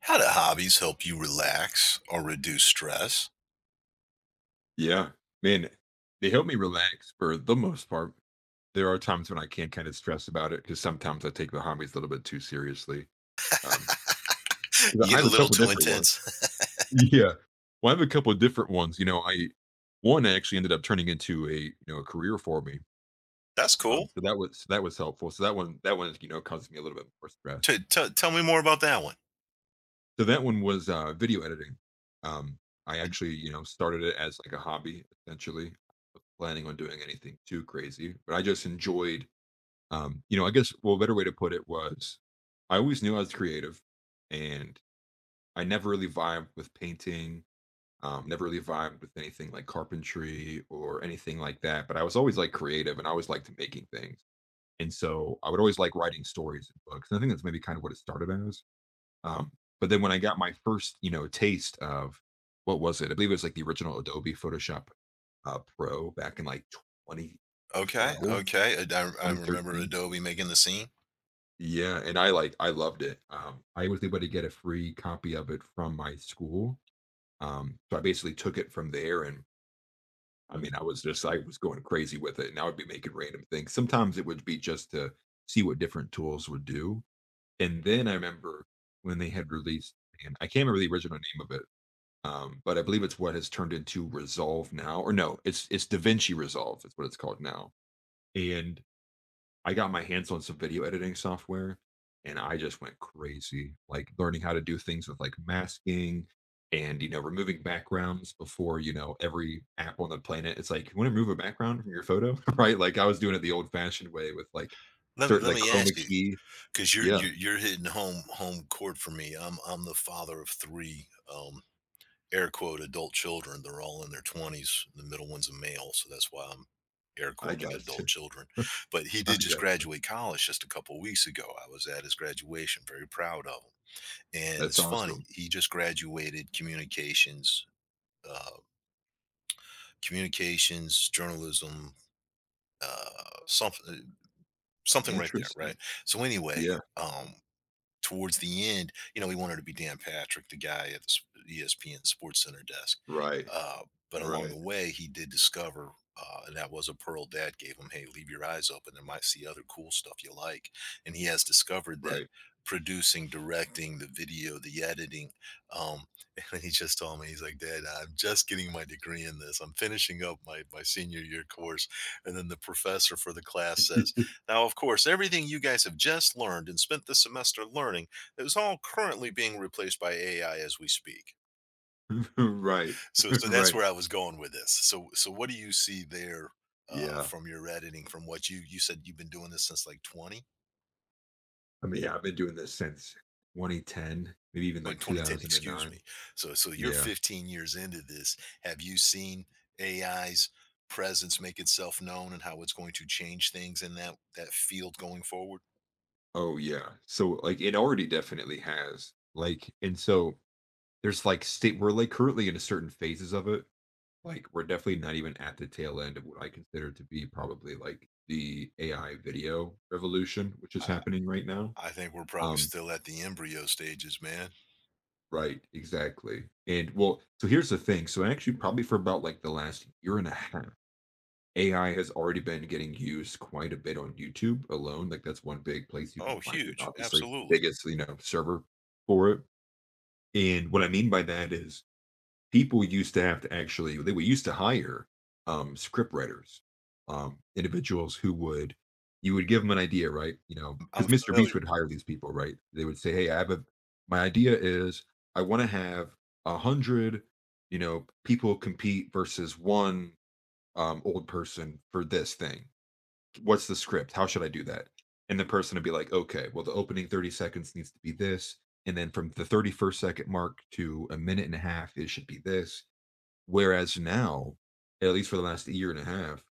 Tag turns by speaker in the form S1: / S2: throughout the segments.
S1: How do hobbies help you relax or reduce stress?
S2: Yeah. Man, they help me relax for the most part. There are times when I can kind of stress about it because sometimes I take the hobbies a little bit too seriously. Um, but
S1: You
S2: I
S1: get
S2: have
S1: a
S2: a
S1: little
S2: couple
S1: too
S2: different ones.
S1: intense.
S2: Yeah. Well, I have a couple of different ones. You know, I One actually ended up turning into a a career for me.
S1: That's cool.
S2: So that was helpful. So that one caused me a little bit more stress.
S1: Tell me more about that one.
S2: So that one was video editing. Um, I
S1: Ad-
S2: actually started it as like a hobby essentially. Planning on doing anything too crazy, but I just enjoyed, I guess, well, a better way to put it was I always knew I was creative and I never really vibed with painting, never really vibed with anything like carpentry or anything like that. But I was always like creative and I always liked making things. And so I would always like writing stories and books. And I think that's maybe kind of what it started as. Um, but then when I got my first, you know, taste of what was it? I believe it was like the original Adobe Photoshop Pro back in like twenty
S1: Okay,
S2: twelve,
S1: okay. I
S2: twenty
S1: remember
S2: thirteen.
S1: Adobe making the scene.
S2: Yeah, and I loved it. I was able to get a free copy of it from my school. So I basically took it from there, and I mean, I was going crazy with it, and I would be making random things. Sometimes it would be just to see what different tools would do. And then I remember when they had released, and I can't remember the original name of it. But I believe it's what has turned into Resolve now, or no, it's DaVinci Resolve. It's what it's called now. And I got my hands on some video editing software, and I just went crazy, like learning how to do things with like masking and removing backgrounds before, you know, every app on the planet. It's like you want to remove a background from your photo, right? Like I was doing it the old-fashioned way with like
S1: Let me
S2: certain
S1: let
S2: like
S1: me
S2: chroma
S1: ask you
S2: key.
S1: because you're,
S2: Yeah,
S1: you're you're hitting home court for me. I'm the father of three, air quote adult children. They're all in their twenties. The middle one's a male, so that's why I'm air
S2: I
S1: quoting
S2: got you.
S1: adult children. But he
S2: I
S1: did just
S2: got
S1: graduate college just a couple weeks ago. I was at his graduation. Very proud of him, and
S2: that's
S1: it's funny.
S2: awesome.
S1: He just graduated communications, uh, communications journalism, something, something right there, right?
S2: Interesting.
S1: So anyway,
S2: Yeah,
S1: um, towards the end, you know, he wanted to be Dan Patrick, the guy at the ESPN Sports Center desk.
S2: right,
S1: Uh, but along
S2: right.
S1: the way, he did discover, and that was a pearl dad gave him. Hey, leave your eyes open. There might see other cool stuff you like. And he has discovered that
S2: Right.
S1: producing, directing, the video, the editing. Um, and he just told me, he's like, Dad, I'm just getting my degree in this. I'm finishing up my senior year course. And then the professor for the class says, now, of course, everything you guys have just learned and spent this semester learning is all currently being replaced by AI as we speak.
S2: Right.
S1: So, so that's
S2: Right.
S1: where I was going with this. So, what do you see there?
S2: Yeah.
S1: From your editing? From what you said you've been doing this since like twenty.
S2: I mean, yeah, I've been doing this since 2010, maybe even
S1: Oh, in
S2: like
S1: 2010, excuse
S2: 2009.
S1: me. So, you're
S2: Yeah.
S1: 15 years into this. Have you seen AI's presence make itself known and how it's going to change things in that field going forward?
S2: Oh, yeah. So, like, it already definitely has. Like, and so there's like state, we're like currently in a certain phases of it. Like, we're definitely not even at the tail end of what I consider to be probably like the AI video revolution, which is
S1: I,
S2: happening right now.
S1: I think we're probably
S2: Um,
S1: still at the embryo stages, man.
S2: right, exactly. And well, so here's the thing. So actually, probably for about like the last year and a half, AI has already been getting used quite a bit on YouTube alone, like, that's one big place you can
S1: Oh,
S2: find it,
S1: huge.
S2: obviously,
S1: Absolutely.
S2: biggest, you know, server for it, and what I mean by that is people used to have to actually they would used to hire, script writers, individuals who would you would give them an idea, right, you know, because
S1: I'm
S2: Mr. Beast
S1: familiar.
S2: would hire these people, right? They would say, "Hey, I have a my idea is I wanna have 100, you know, people compete versus 1, old person for this thing." What's the script? How should I do that? And the person would be like, okay, well, the opening 30 seconds needs to be this. And then from the 31st second mark to a minute and a half, it should be this. Whereas now, at least for the last year and a half,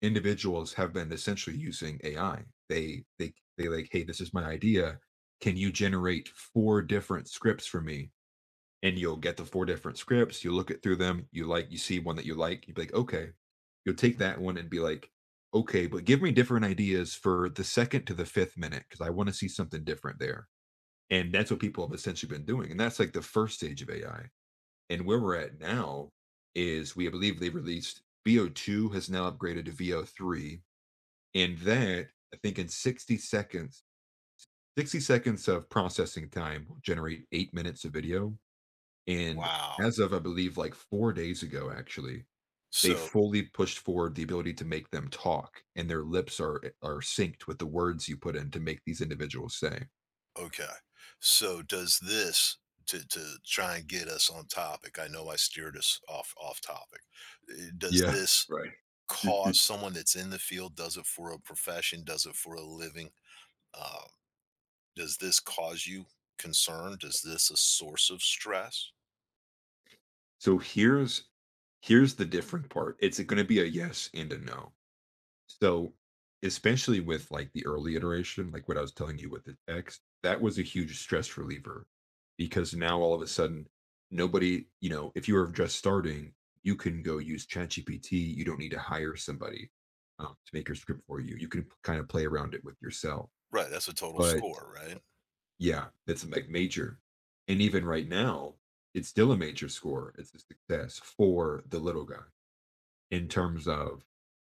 S2: individuals have been essentially using AI. They like, hey, this is my idea. Can you generate four different scripts for me and you'll get the four different scripts. You look it through them. You like, you see one that you like. You'd be like, okay. You'll take that one and be like, okay, but give me different ideas for the second to the fifth minute because I want to see something different there. And that's what people have essentially been doing. And that's like the first stage of AI. And where we're at now is we believe they released VO2 has now upgraded to VO3. And that, I think, in 60 seconds, 60 seconds of processing time will generate 8 minutes of video and
S1: Wow.
S2: as of, I believe, like 4 days ago, actually, they
S1: So,
S2: fully pushed forward the ability to make them talk, and their lips are are synced with the words you put in to make these individuals say.
S1: okay. So does this, to try and get us on topic, I know I steered us off topic. Does
S2: Yeah,
S1: this
S2: right.
S1: cause someone that's in the field, does it for a profession, does it for a living? Um, does this cause you concern? Does this a source of stress?
S2: So here's the different part. It's gonna be a yes and a no. So, especially with like the early iteration, like what I was telling you with the text, that was a huge stress reliever because now all of a sudden, nobody, you know, if you were just starting, you can go use ChatGPT. You don't need to hire somebody to make your script for you. You can kind of play around it with yourself.
S1: Right. That's a total
S2: But
S1: score, right?
S2: yeah, that's like major. And even right now, it's still a major score. It's a success for the little guy in terms of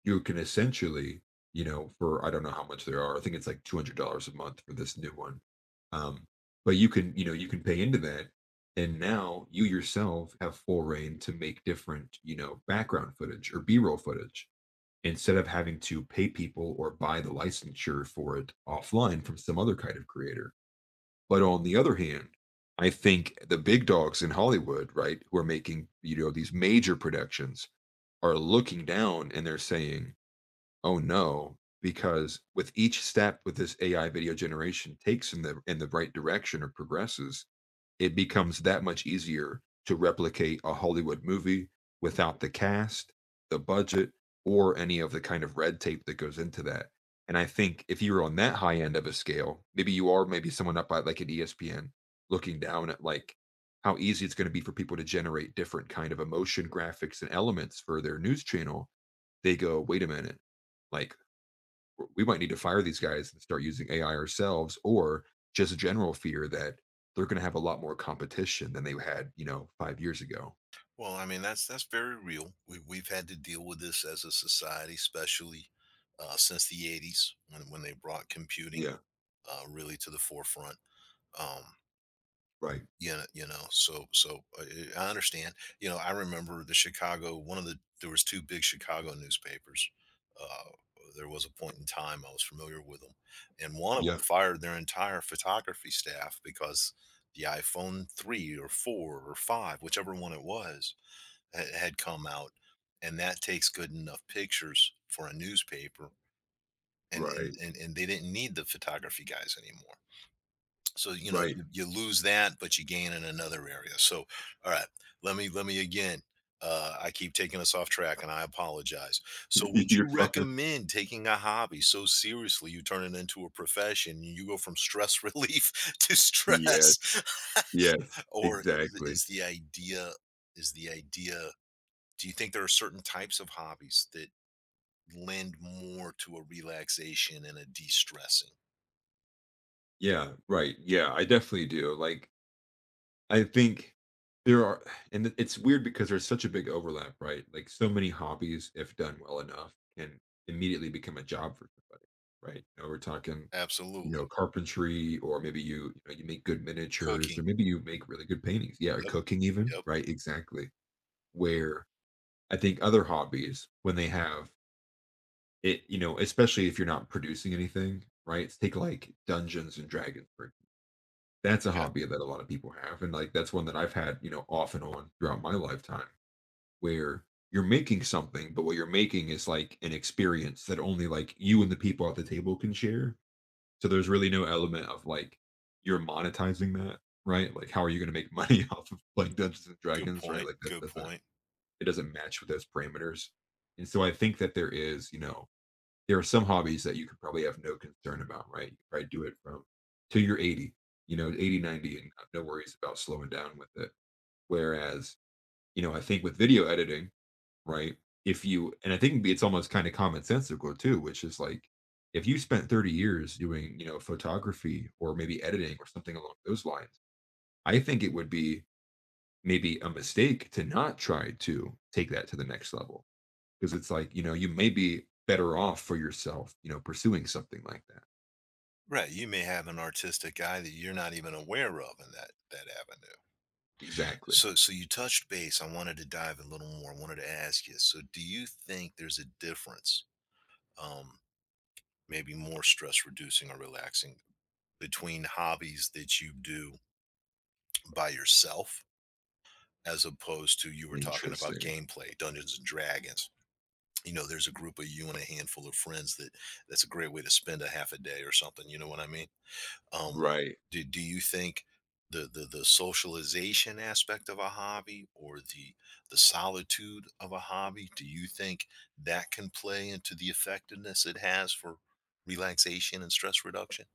S2: you can essentially, you know, for I don't know how much there are. I think it's like $200 a month for this new one. Um, but you can, you know, you can pay into that, and now you yourself have full reign to make different, you know, background footage or B-roll footage instead of having to pay people or buy the licensure for it offline from some other kind of creator. But on the other hand, I think the big dogs in Hollywood, right, who are making you know these major productions, are looking down and they're saying, "Oh no," because with each step with this AI video generation takes in the right direction or progresses, it becomes that much easier to replicate a Hollywood movie without the cast, the budget, or any of the kind of red tape that goes into that. And I think if you're on that high end of a scale, maybe you are maybe someone up at like an ESPN looking down at like how easy it's going to be for people to generate different kind of emotion graphics and elements for their news channel, they go, wait a minute, like we might need to fire these guys and start using AI ourselves, or just a general fear that they're going to have a lot more competition than they had, you know, 5 years ago.
S1: Well, I mean, that's very real. We've had to deal with this as a society, especially since the '80s when they brought computing,
S2: Yeah,
S1: really to the forefront. Um,
S2: right.
S1: you know, so so I understand. You know, I remember the Chicago. One of the there was two big Chicago newspapers. Uh, there was a point in time I was familiar with them, and one of them
S2: Yeah,
S1: fired their entire photography staff because the iPhone three or four or five, whichever one it was, had come out, and that takes good enough pictures for a newspaper, and
S2: right,
S1: they didn't need the photography guys anymore. So you know
S2: right.
S1: you, you lose that, but you gain in another area. So all right, let me again. I keep taking us off track, and I apologize. So, would you
S2: You're fine.
S1: recommend taking a hobby so seriously you turn it into a profession, and you go from stress relief to
S2: Yes,
S1: stress,
S2: yes,
S1: or is
S2: exactly.
S1: is the idea is the idea, do you think there are certain types of hobbies that lend more to a relaxation and a de-stressing?
S2: Yeah, right. Yeah, I definitely do. Like, I think there are, and it's weird because there's such a big overlap, right? Like so many hobbies, if done well enough, can immediately become a job for somebody, right? You know, we're talking, you
S1: Absolutely.
S2: know, carpentry, or maybe you, you know, you make good miniatures,
S1: Cooking.
S2: or maybe you make really good paintings. Yeah, or
S1: Yep,
S2: cooking even,
S1: yep,
S2: right? Exactly. Where I think other hobbies, when they have it, you know, especially if you're not producing anything, right? Take like Dungeons and Dragons, for that's a
S1: okay.
S2: hobby that a lot of people have and like that's one that I've had, you know, off and on throughout my lifetime, where you're making something but what you're making is like an experience that only like you and the people at the table can share. So there's really no element of like you're monetizing that, right? Like how are you going to make money off of like Dungeons and
S1: Good
S2: Dragons, right?
S1: point,
S2: Like that
S1: good
S2: doesn't
S1: point.
S2: it doesn't match with those parameters. And so I think that there is, you know, there are some hobbies that you could probably have no concern about, right? You could probably do it from till you're 80, you know, 80, 90, and no worries about slowing down with it. Whereas, you know, I think with video editing, right? If you, and I think it's almost kind of commonsensical too, which is like, if you spent 30 years doing, you know, photography or maybe editing or something along those lines, I think it would be maybe a mistake to not try to take that to the next level because it's like you know you may be better off for yourself you know pursuing something like that.
S1: Right, you may have an artistic eye that you're not even aware of in that avenue.
S2: Exactly.
S1: So so you touched base, I wanted to dive a little more, I wanted to ask you, so do you think there's a difference, um, maybe more stress reducing or relaxing between hobbies that you do by yourself as opposed to you were talking about
S2: Interesting.
S1: gameplay, Dungeons and Dragons. You know, there's a group of you and a handful of friends that that's a great way to spend a half a day or something. You know what I mean? Um,
S2: Right.
S1: do you think the socialization aspect of a hobby or the solitude of a hobby, do you think that can play into the effectiveness it has for relaxation and stress reduction?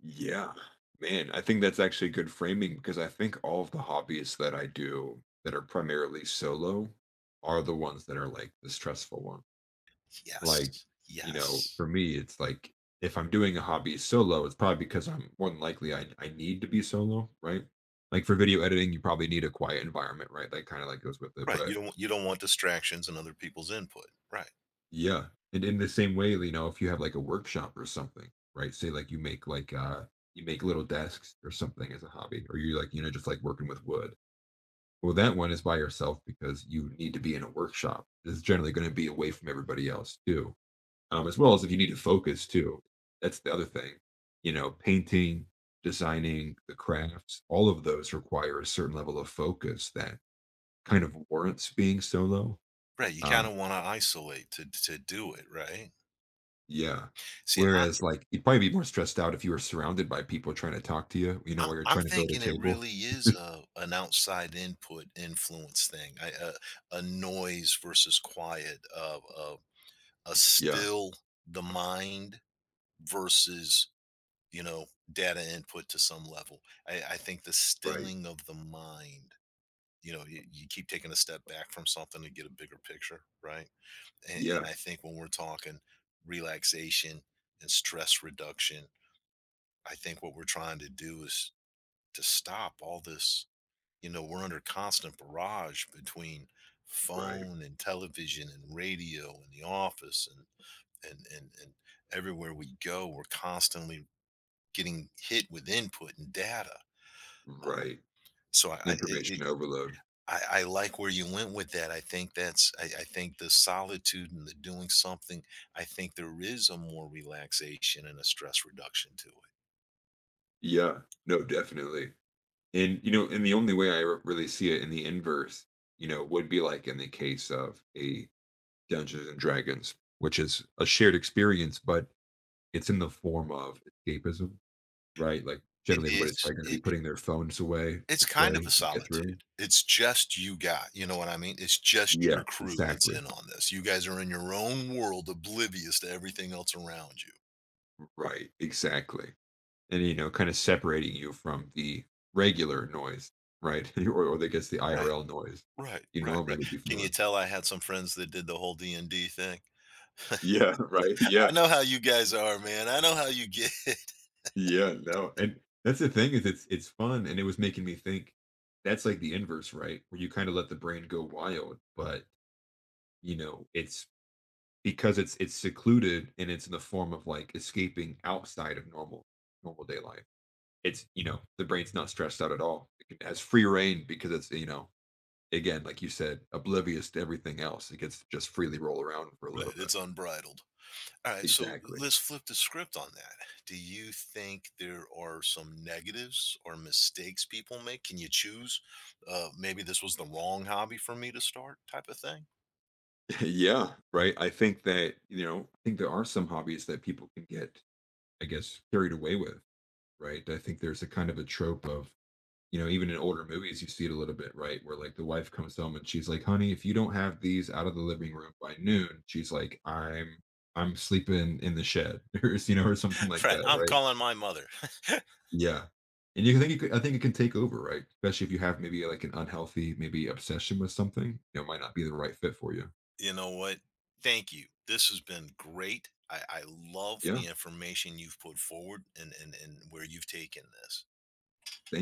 S2: Yeah. Man, I think that's actually good framing because I think all of the hobbies that I do that are primarily solo are the ones that are like the stressful one. Like,
S1: Yes.
S2: you know,
S1: Yes.
S2: for me, it's like if I'm doing a hobby solo, it's probably because I'm more than likely I need to be solo, right? Like for video editing, you probably need a quiet environment, right? That kind of like goes with it.
S1: Right.
S2: But
S1: You don't want distractions and other people's input. Right.
S2: yeah. And in the same way, you know, if you have like a workshop or something, right? Say like you make little desks or something as a hobby, or you like, you know, just like working with wood. Well, that one is by yourself because you need to be in a workshop. It's generally going to be away from everybody else too. As well as if you need to focus too. That's the other thing. You know, painting, designing, the crafts, all of those require a certain level of focus that kind of warrants being solo.
S1: Right, you kinda
S2: Um,
S1: wanna isolate to do it, right?
S2: Yeah.
S1: See, I
S2: Whereas, like, you'd probably be more stressed out if you were surrounded by people trying to talk to you, you know,
S1: I
S2: while you're
S1: I'm
S2: trying to build a
S1: thinking it
S2: table.
S1: really is a an outside input influence thing, I a noise versus quiet, a
S2: Yeah,
S1: still the mind versus, you know, data input to some level. I think the
S2: right.
S1: stilling of the mind, you know, you keep taking a step back from something to get a bigger picture, right? And
S2: Yeah,
S1: I think when we're talking relaxation and stress reduction, I think what we're trying to do is to stop all this. You know, we're under constant barrage between
S2: right,
S1: phone and television and radio and the office and and and, and everywhere we go, we're constantly getting hit with input and data.
S2: right.
S1: So I I, it,
S2: Information
S1: it-
S2: overload.
S1: I like where you went with that. I think that's I think the solitude and the doing something. I think there is a more relaxation and a stress reduction to it.
S2: Yeah, no, definitely. And, you know, and the only way I really see it in the inverse, you know, would be like in the case of a Dungeons and Dragons, which is a shared experience, but it's in the form of escapism, right? Like,
S1: It
S2: generally, everybody's
S1: is.
S2: probably going to be
S1: It
S2: putting their phones away
S1: It's
S2: to
S1: kind
S2: play
S1: of a
S2: and get through.
S1: solitude. It's just you got, you know what I mean? It's just
S2: Yeah,
S1: your crew that's
S2: exactly.
S1: in on this. You guys are in your own world oblivious to everything else around you.
S2: Right, exactly. And, you know, kinda separating you from the regular noise, right? Or I guess the
S1: Right,
S2: IRL noise
S1: right,
S2: you
S1: right,
S2: normally
S1: right.
S2: would be
S1: Can you
S2: feeling.
S1: tell I had some friends that did the whole D&D thing?
S2: Yeah, right,
S1: I
S2: yeah,
S1: know how you guys are, man. I know how you get.
S2: yeah, no, and that's the thing is it's fun, and it was making me think that's like the inverse, right? Where you kinda let the brain go wild, but, you know, it's because it's secluded and it's in the form of, like, escaping outside of normal day life. It's you know, the brain's not stressed out at all. It has free reign because it's, you know, again, like you said, oblivious to everything else. It gets to just freely roll around for a
S1: Right,
S2: little bit.
S1: it's unbridled. Alright, so
S2: Exactly.
S1: let's flip the script on that. Do you think there are some negatives or mistakes people make? Can you choose, maybe this was the wrong hobby for me to start type of thing?
S2: Yeah. Right. I think that, you know, I think there are some hobbies that people can get, I guess, carried away with. Right. I think there's a kind of a trope of, you know, even in older movies, you see it a little bit, right? Where like the wife comes home and she's like, honey, if you don't have these out of the living room by noon, she's like, I'm sleeping in the shed or, you know, or something like
S1: Right.
S2: that.
S1: I'm
S2: Right.
S1: calling my mother.
S2: Yeah. And you think it could I think it can take over, right? Especially if you have maybe, like, an unhealthy, maybe, obsession with something, you know, it might not be the right fit for you.
S1: You know what? Thank you. This has been great. I love
S2: Yeah.
S1: the information you've put forward and, where you've taken this.
S2: Thank